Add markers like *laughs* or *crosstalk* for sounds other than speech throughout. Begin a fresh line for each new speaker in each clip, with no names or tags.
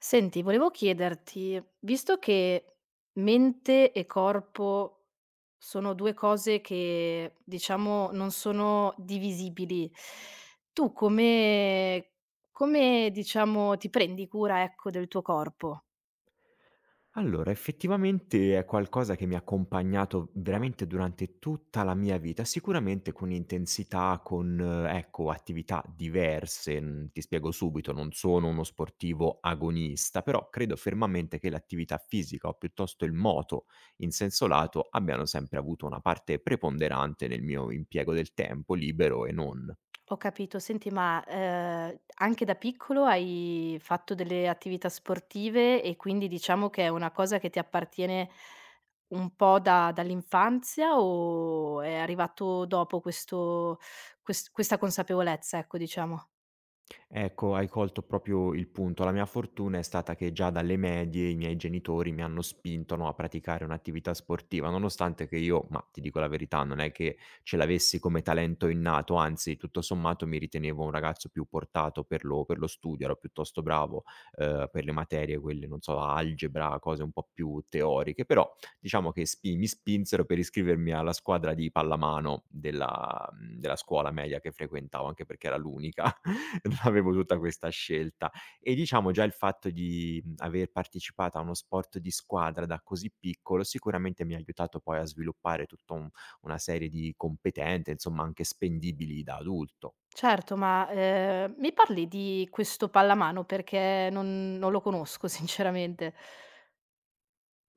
Senti, volevo chiederti, visto che mente e corpo sono 2 cose che, diciamo, non sono divisibili, tu come, diciamo, ti prendi cura, ecco, del tuo corpo?
Allora, effettivamente è qualcosa che mi ha accompagnato veramente durante tutta la mia vita, sicuramente con intensità, con, ecco, attività diverse. Mm, ti spiego subito, non sono uno sportivo agonista, però credo fermamente che l'attività fisica o piuttosto il moto in senso lato abbiano sempre avuto una parte preponderante nel mio impiego del tempo libero e non.
Ho capito. Senti, ma, anche da piccolo hai fatto delle attività sportive e quindi diciamo che è una cosa che ti appartiene un po' da dall'infanzia o è arrivato dopo questo ques questa consapevolezza, ecco, diciamo?
Ecco, hai colto proprio il punto. La mia fortuna è stata che già dalle medie i miei genitori mi hanno spinto, no, a praticare un'attività sportiva, nonostante che io, ma ti dico la verità, non è che ce l'avessi come talento innato, anzi, tutto sommato mi ritenevo un ragazzo più portato per lo studio, ero piuttosto bravo per le materie, quelle, non so, algebra, cose un po' più teoriche, però diciamo che mi spinsero per iscrivermi alla scuadra di pallamano della scuola media che frequentavo, anche perché era l'unica *laughs* non avevo tutta questa scelta. E diciamo già il fatto di, aver partecipato a uno sport di squadra da così piccolo, sicuramente mi ha aiutato poi a sviluppare tutto un una serie di competenze, insomma, anche spendibili da adulto.
Certo, ma, mi parli di questo pallamano perché non lo conosco *laughs* sinceramente.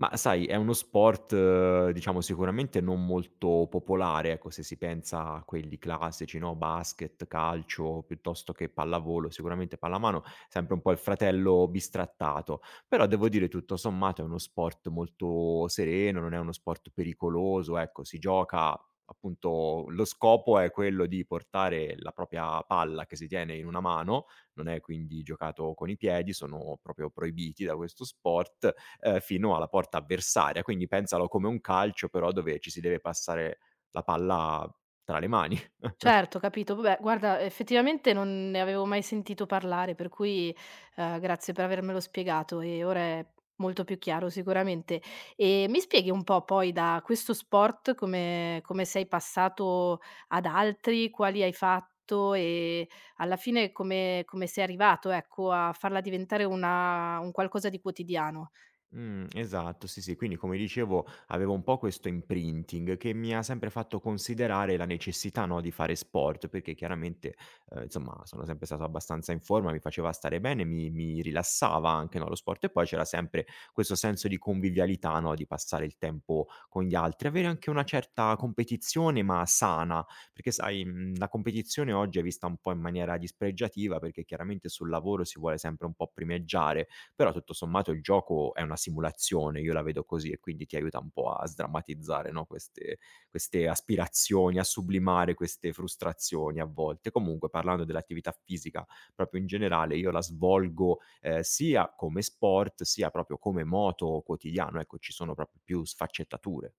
Ma sai, è uno sport, diciamo, sicuramente non molto popolare, ecco, se si pensa a quelli classici, no, basket, calcio, piuttosto che pallavolo, sicuramente pallamano, sempre un po' il fratello bistrattato. Però devo dire, tutto sommato, è uno sport molto sereno, non è uno sport pericoloso, ecco, si gioca appunto lo scopo è quello di portare la propria palla che si tiene in una mano, non è quindi giocato con i piedi, sono proprio proibiti da questo sport fino alla porta avversaria. Quindi pensalo come un calcio, però dove ci si deve passare la palla tra le mani.
Certo, capito. Vabbè, guarda, effettivamente non ne avevo mai sentito parlare, per cui, grazie per avermelo spiegato e ora è molto più chiaro sicuramente. E mi spieghi un po' poi da questo sport come sei passato ad altri, quali hai fatto e alla fine come sei arrivato, ecco, a farla diventare una un qualcosa di quotidiano?
Esatto, sì, sì. Quindi come dicevo avevo un po' questo imprinting che mi ha sempre fatto considerare la necessità, no, di fare sport, perché chiaramente, insomma sono sempre stato abbastanza in forma, mi faceva stare bene, mi rilassava anche, no, lo sport e poi c'era sempre questo senso di convivialità, no, di passare il tempo con gli altri, avere anche una certa competizione ma sana, perché sai, la competizione oggi è vista un po' in maniera dispregiativa, perché chiaramente sul lavoro si vuole sempre un po' primeggiare, però tutto sommato il gioco è una simulazione, io la vedo così e quindi ti aiuta un po' a sdrammatizzare, no, queste aspirazioni, a sublimare queste frustrazioni a volte. Comunque parlando dell'attività fisica proprio in generale, io la svolgo, sia come sport, sia proprio come moto quotidiano, ecco ci sono proprio più sfaccettature.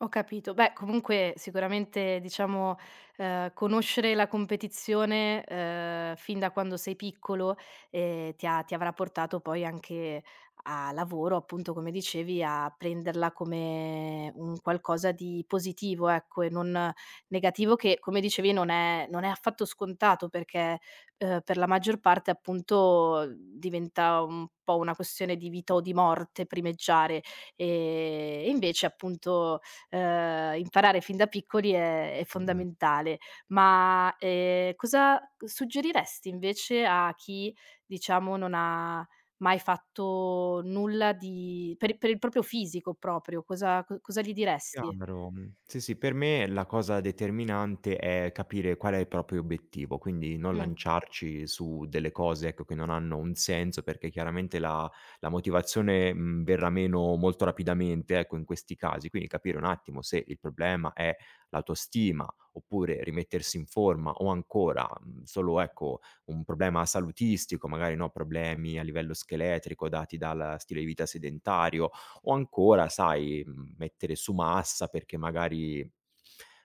Ho capito. Beh, comunque sicuramente diciamo, conoscere la competizione, fin da quando sei piccolo, ti avrà portato poi anche a lavoro, appunto, come dicevi, a prenderla come un qualcosa di positivo, ecco, e non negativo che, come dicevi, non è affatto scontato perché, per la maggior parte, appunto, diventa un po' una questione di vita o di morte primeggiare. Ehm, e invece, appunto, imparare fin da piccoli è fondamentale. Ma, cosa suggeriresti invece a chi, diciamo, non ha mai fatto nulla di per i per il proprio fisico proprio, cosa gli diresti?
Chiaro, mhmm, sì, sì, per me la cosa determinante è capire qual è il proprio obiettivo, quindi non
Mh,
lanciarci su delle cose, ecco, che non hanno un senso, perché chiaramente la motivazione, verrà meno molto rapidamente, ecco, in questi casi. Quindi capire un attimo se il problema è l'autostima, oppure rimettersi in forma o ancora, solo, ecco, un problema salutistico, magari, no, problemi a livello scheletrico dati dal stile di vita sedentario, o ancora, sai, mettere su massa perché magari,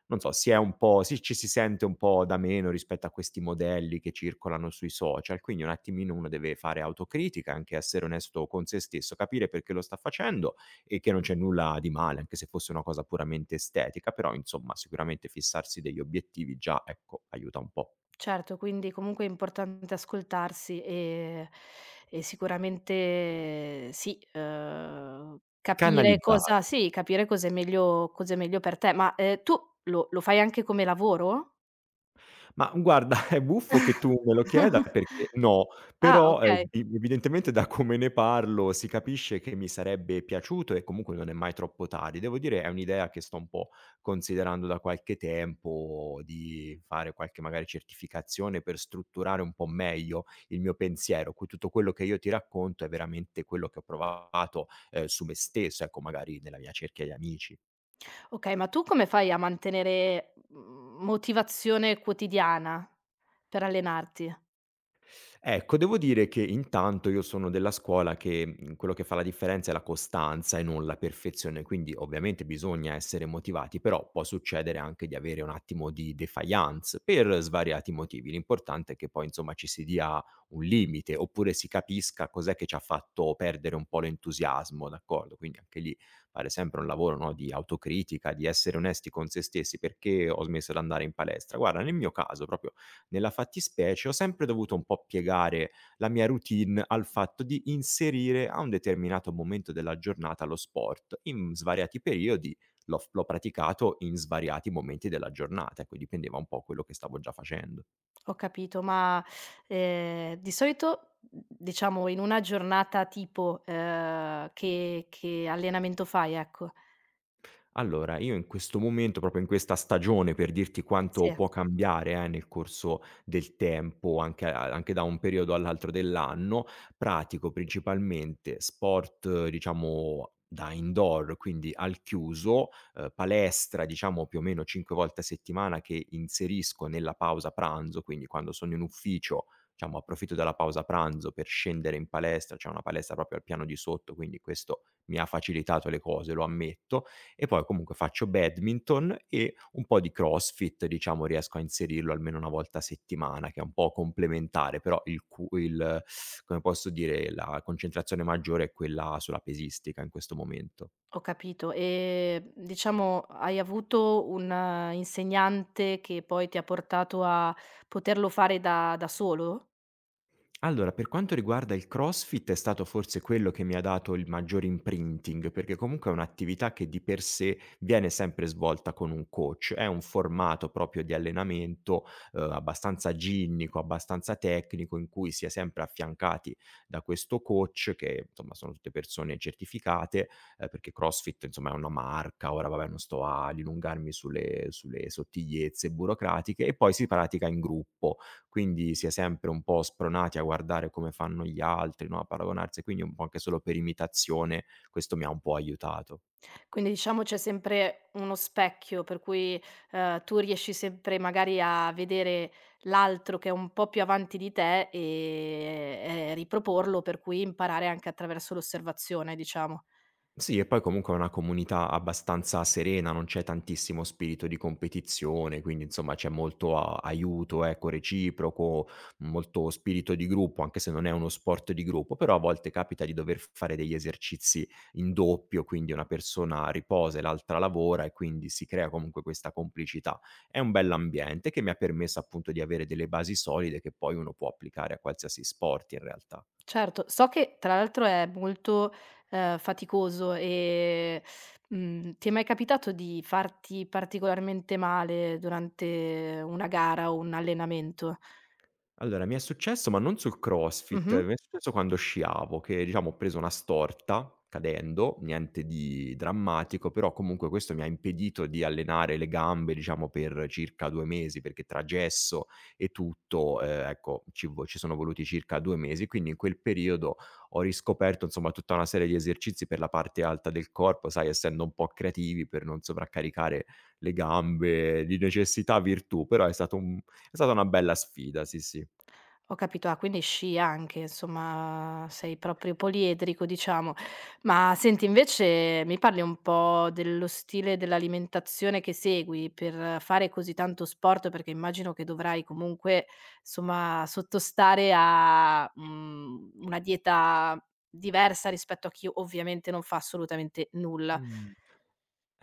non so, si ci si sente un po' da meno rispetto a questi modelli che circolano sui social, quindi un attimino uno deve fare autocritica, anche essere onesto con se stesso, capire perché lo sta facendo e che non c'è nulla di male, anche se fosse una cosa puramente estetica, però insomma sicuramente fissarsi degli obiettivi già, ecco, aiuta un po'.
certo, quindi comunque è importante ascoltarsi e sicuramente sì, capire cosa
Canalizzare.
sì, capire cos'è meglio per te. Ma, tu lo fai anche come lavoro?
Ma guarda, è buffo che tu me lo chieda perché
*laughs*
no,
Ah,
però,
okay.
i evidentemente da come ne parlo si capisce che mi sarebbe piaciuto e comunque non è mai troppo tardi. Devo dire è un'idea che sto un po' considerando da qualche tempo, di fare qualche magari certificazione per strutturare un po' meglio il mio pensiero. Qui tutto quello che io ti racconto è veramente quello che ho provato, su me stesso, ecco magari nella mia cerchia di amici.
Okay, ma tu come fai a mantenere, motivazione quotidiana per allenarti?
Ecco, devo dire che intanto io sono della scuola che, quello che fa la differenza è la costanza e non la perfezione, quindi ovviamente bisogna essere motivati, però può succedere anche di avere un attimo di défaillance per svariati motivi. L'importante è che poi insomma ci si dia un limite, oppure si capisca cos'è che ci ha fatto perdere un po' l'entusiasmo, d'accordo? Quindi anche lì fare sempre un lavoro, no, di autocritica, di essere onesti con se stessi: "Perché ho smesso d'andare in palestra?" Guarda, nel mio caso proprio nella fattispecie ho sempre dovuto un po' piegare la mia routine al fatto di inserire a un determinato momento della giornata lo sport. In svariati periodi l'ho praticato in svariati momenti della giornata, ecco dipendeva un po' quello che stavo già facendo.
Ho capito, ma, di solito, diciamo in una giornata tipo, che allenamento fai, ecco?
Allora, io in questo momento, proprio in questa stagione, per dirti
Sì,
quanto può cambiare, nel corso del tempo, anche a anche da un periodo all'altro dell'anno, pratico principalmente sport, diciamo, da indoor, quindi al chiuso, palestra, diciamo, più o meno 5 volte a settimana che inserisco nella pausa pranzo, quindi quando sono in ufficio, diciamo, approfitto della pausa pranzo per scendere in palestra, c'è una palestra proprio al piano di sotto, quindi questo mi ha facilitato le cose, lo ammetto, e poi comunque faccio badminton e un po' di CrossFit, diciamo riesco a inserirlo almeno una volta a settimana, che è un po' complementare, però il cu il come posso dire, la concentrazione maggiore è quella sulla pesistica in questo momento.
ho capito. E, diciamo hai avuto un insegnante che poi ti ha portato a poterlo fare da solo?
Allora, per quanto riguarda il CrossFit è stato forse quello che mi ha dato il maggior imprinting, perché comunque è un'attività che di per sé viene sempre svolta con un coach, è un formato proprio di allenamento, abbastanza ginnico, abbastanza tecnico, in cui si è sempre affiancati da questo coach che, insomma, sono tutte persone certificate, perché CrossFit, insomma, è una marca, ora vabbè non sto a dilungarmi sulle sottigliezze burocratiche, e poi si pratica in gruppo quindi si è sempre un po' spronati a guardare come fanno gli altri, no, a paragonarsi, quindi un po' anche solo per imitazione questo mi ha un po' aiutato.
Quindi diciamo c'è sempre uno specchio per cui, tu riesci sempre magari a vedere l'altro che è un po' più avanti di te, e riproporlo, per cui imparare anche attraverso l'osservazione, diciamo.
Sì, e poi comunque è una comunità abbastanza serena, non c'è tantissimo spirito di competizione, quindi insomma c'è molto aiuto, ecco, reciproco, molto spirito di gruppo, anche se non è uno sport di gruppo, però a volte capita di dover fare degli esercizi in doppio, quindi una persona riposa e l'altra lavora e quindi si crea comunque questa complicità. È un bell'ambiente che mi ha permesso appunto di avere delle basi solide che poi uno può applicare a qualsiasi sport in realtà.
Certo, so che tra l'altro è molto, faticoso e, ti è mai capitato di farti particolarmente male durante una gara o un allenamento?
Allora, mi è successo, ma non sul
Mh-mh.
CrossFit, mi è successo quando sciavo che, diciamo, ho preso una storta cadendo, niente di drammatico, però comunque questo mi ha impedito di allenare le gambe, diciamo, per circa 2 mesi, perché tra gesso e tutto, ecco, ci sono voluti circa 2 mesi. Quindi in quel periodo ho riscoperto, insomma, tutta una serie di esercizi per la parte alta del corpo, sai, essendo un po' creativi per non sovraccaricare le gambe, di necessità virtù, però è stato un è stata una bella sfida, sì, sì.
Ho capito, ah quindi sci anche, insomma sei proprio poliedrico diciamo. Ma senti invece mi parli un po' dello stile dell'alimentazione che segui per fare così tanto sport, perché immagino che dovrai comunque insomma sottostare a, una dieta diversa rispetto a chi ovviamente non fa assolutamente nulla.
Mh.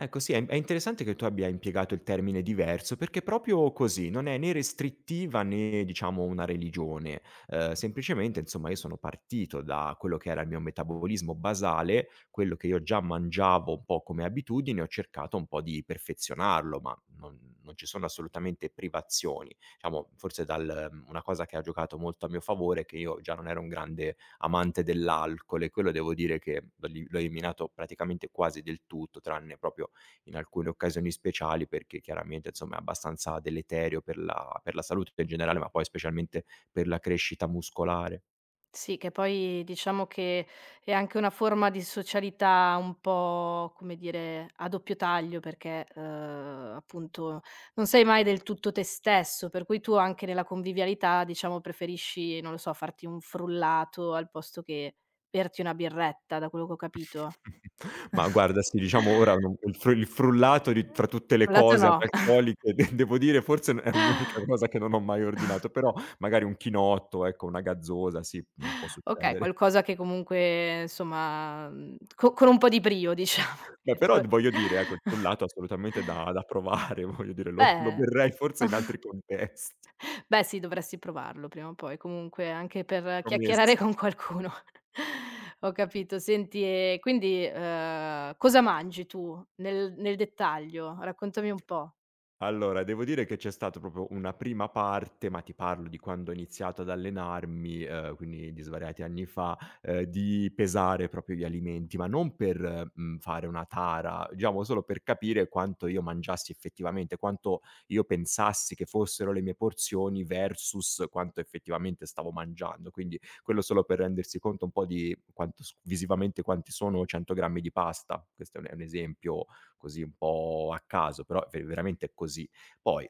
Ecco sì, è interessante che tu abbia impiegato il termine "diverso" perché proprio così, non è né restrittiva né diciamo una religione. Semplicemente insomma io sono partito da quello che era il mio metabolismo basale, quello che io già mangiavo un po' come abitudine, ho cercato un po' di perfezionarlo, ma non ci sono assolutamente privazioni. Diciamo forse dal mhmm, una cosa che ha giocato molto a mio favore è che io già non ero un grande amante dell'alcol e quello devo dire che l'ho eliminato praticamente quasi del tutto, tranne proprio in alcune occasioni speciali perché chiaramente, insomma, è abbastanza deleterio per la salute in generale, ma poi specialmente per la crescita muscolare.
Sì, che poi diciamo che è anche una forma di socialità un po', come dire, a doppio taglio perché, appunto non sei mai del tutto te stesso, per cui tu anche nella convivialità, diciamo, preferisci, non lo so, farti un frullato al posto che berti una birretta, da quello che ho
*laughs*
capito.
Ma guarda, sì, diciamo ora non il frullato di tra tutte le
Frullato
cose
no, *laughs*
analcoliche de devo dire forse è un'unica cosa che non ho mai ordinato, però magari un chinotto, ecco, una gazzosa, sì, mhmm, può
okay,
succedere.
qualcosa che comunque insomma, co con un po' di brio diciamo.
*laughs*
*laughs*
Beh,
Il
però
fru
voglio dire, ecco, il
*laughs*
frullato assolutamente da provare, *laughs* voglio dire, lo
beh
berrei forse in altri contesti,
Beh sì, dovresti provarlo prima o poi, comunque anche per chiacchierare
promesso.
con qualcuno. *laughs* Ho capito. Senti, e quindi, cosa mangi tu nel dettaglio? Raccontami un po'.
Allora, devo dire che c'è stato proprio una prima parte, ma ti parlo di quando ho iniziato ad allenarmi, quindi di svariati anni fa, di pesare proprio gli alimenti, ma non per, fare una tara, diciamo solo per capire quanto io mangiassi effettivamente, quanto io pensassi che fossero le mie porzioni versus quanto effettivamente stavo mangiando. Quindi quello solo per rendersi conto un po' di quanto s visivamente quanti sono 100 grammi di pasta. Questo è un esempio così un po' a caso, però ve veramente è così. Poi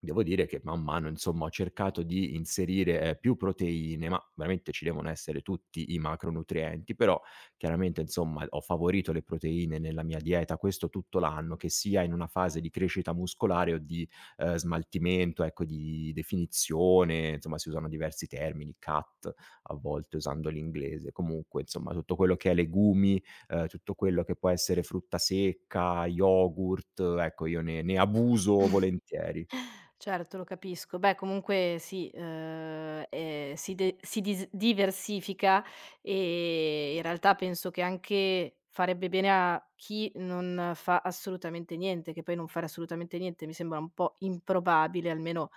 devo dire che man mano, insomma, ho cercato di inserire, più proteine, ma veramente ci devono essere tutti i macronutrienti, però chiaramente, insomma, ho favorito le proteine nella mia dieta, questo tutto l'anno, che sia in una fase di crescita muscolare o di, smaltimento, ecco, di definizione, insomma si usano diversi termini, cut a volte usando l'inglese. Comunque, insomma, tutto quello che è legumi, tutto quello che può essere frutta secca, yogurt, ecco io ne abuso volentieri.
Certo, lo capisco. Beh, comunque sì, si de si dis diversifica, e in realtà penso che anche farebbe bene a chi non fa assolutamente niente, che poi non fare assolutamente niente mi sembra un po' improbabile, almeno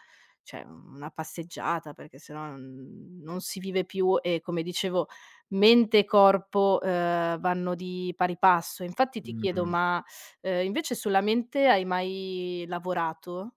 cioè una passeggiata, perché se no non si vive più e come dicevo mente e corpo, vanno di pari passo. Infatti ti chiedo,
Mh.
ma, invece sulla mente hai mai lavorato?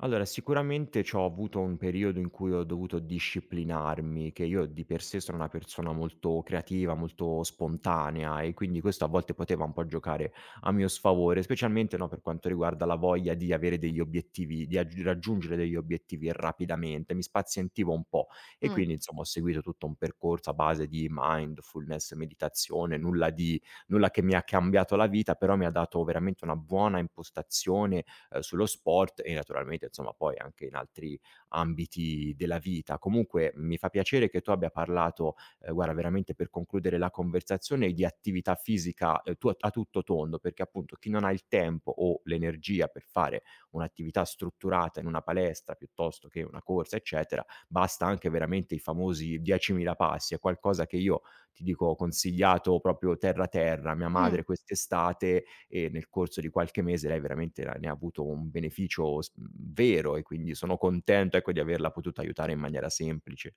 Allora, sicuramente c'ho avuto un periodo in cui ho dovuto disciplinarmi, che io di per sé sono una persona molto creativa, molto spontanea e quindi questo a volte poteva un po' giocare a mio sfavore, specialmente, no, per quanto riguarda la voglia di avere degli obiettivi, di agg raggiungere degli obiettivi rapidamente, mi spazientivo un po' e
Mh.
quindi insomma ho seguito tutto un percorso a base di mindfulness, meditazione, nulla che mi ha cambiato la vita, però mi ha dato veramente una buona impostazione sullo sport e naturalmente insomma poi anche in altri ambiti della vita. Comunque mi fa piacere che tu abbia parlato, guarda veramente per concludere la conversazione, di attività fisica a tutto tondo, perché appunto chi non ha il tempo o l'energia per fare un'attività strutturata in una palestra piuttosto che una corsa, eccetera, basta anche veramente i famosi 10.000 passi, è qualcosa che io ti dico ho consigliato proprio terra terra, a mia
Mh.
madre quest'estate e nel corso di qualche mese lei veramente la ne ha avuto un beneficio s mhmm, vero e quindi sono contento, ecco, di averla potuta aiutare in maniera semplice.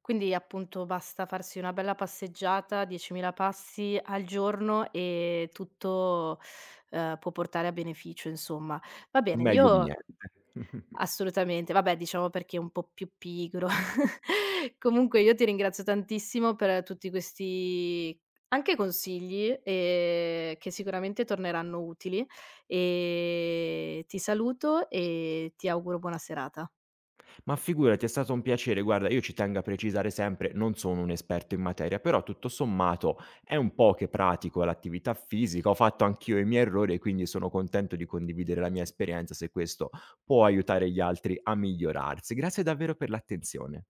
Quindi appunto basta farsi una bella passeggiata, 10.000 passi al giorno e tutto, può portare a beneficio insomma. Va bene,
Meglio di
io
niente. *laughs*
assolutamente, vabbè diciamo perché è un po' più pigro. *laughs* Comunque io ti ringrazio tantissimo per tutti questi anche consigli, che sicuramente torneranno utili e ti saluto e ti auguro buona serata.
Ma figurati, è stato un piacere. Guarda, io ci tengo a precisare sempre, non sono un esperto in materia, però tutto sommato è un po' che pratico l'attività fisica, ho fatto anch'io i miei errori e quindi sono contento di condividere la mia esperienza se questo può aiutare gli altri a migliorarsi. Grazie davvero per l'attenzione.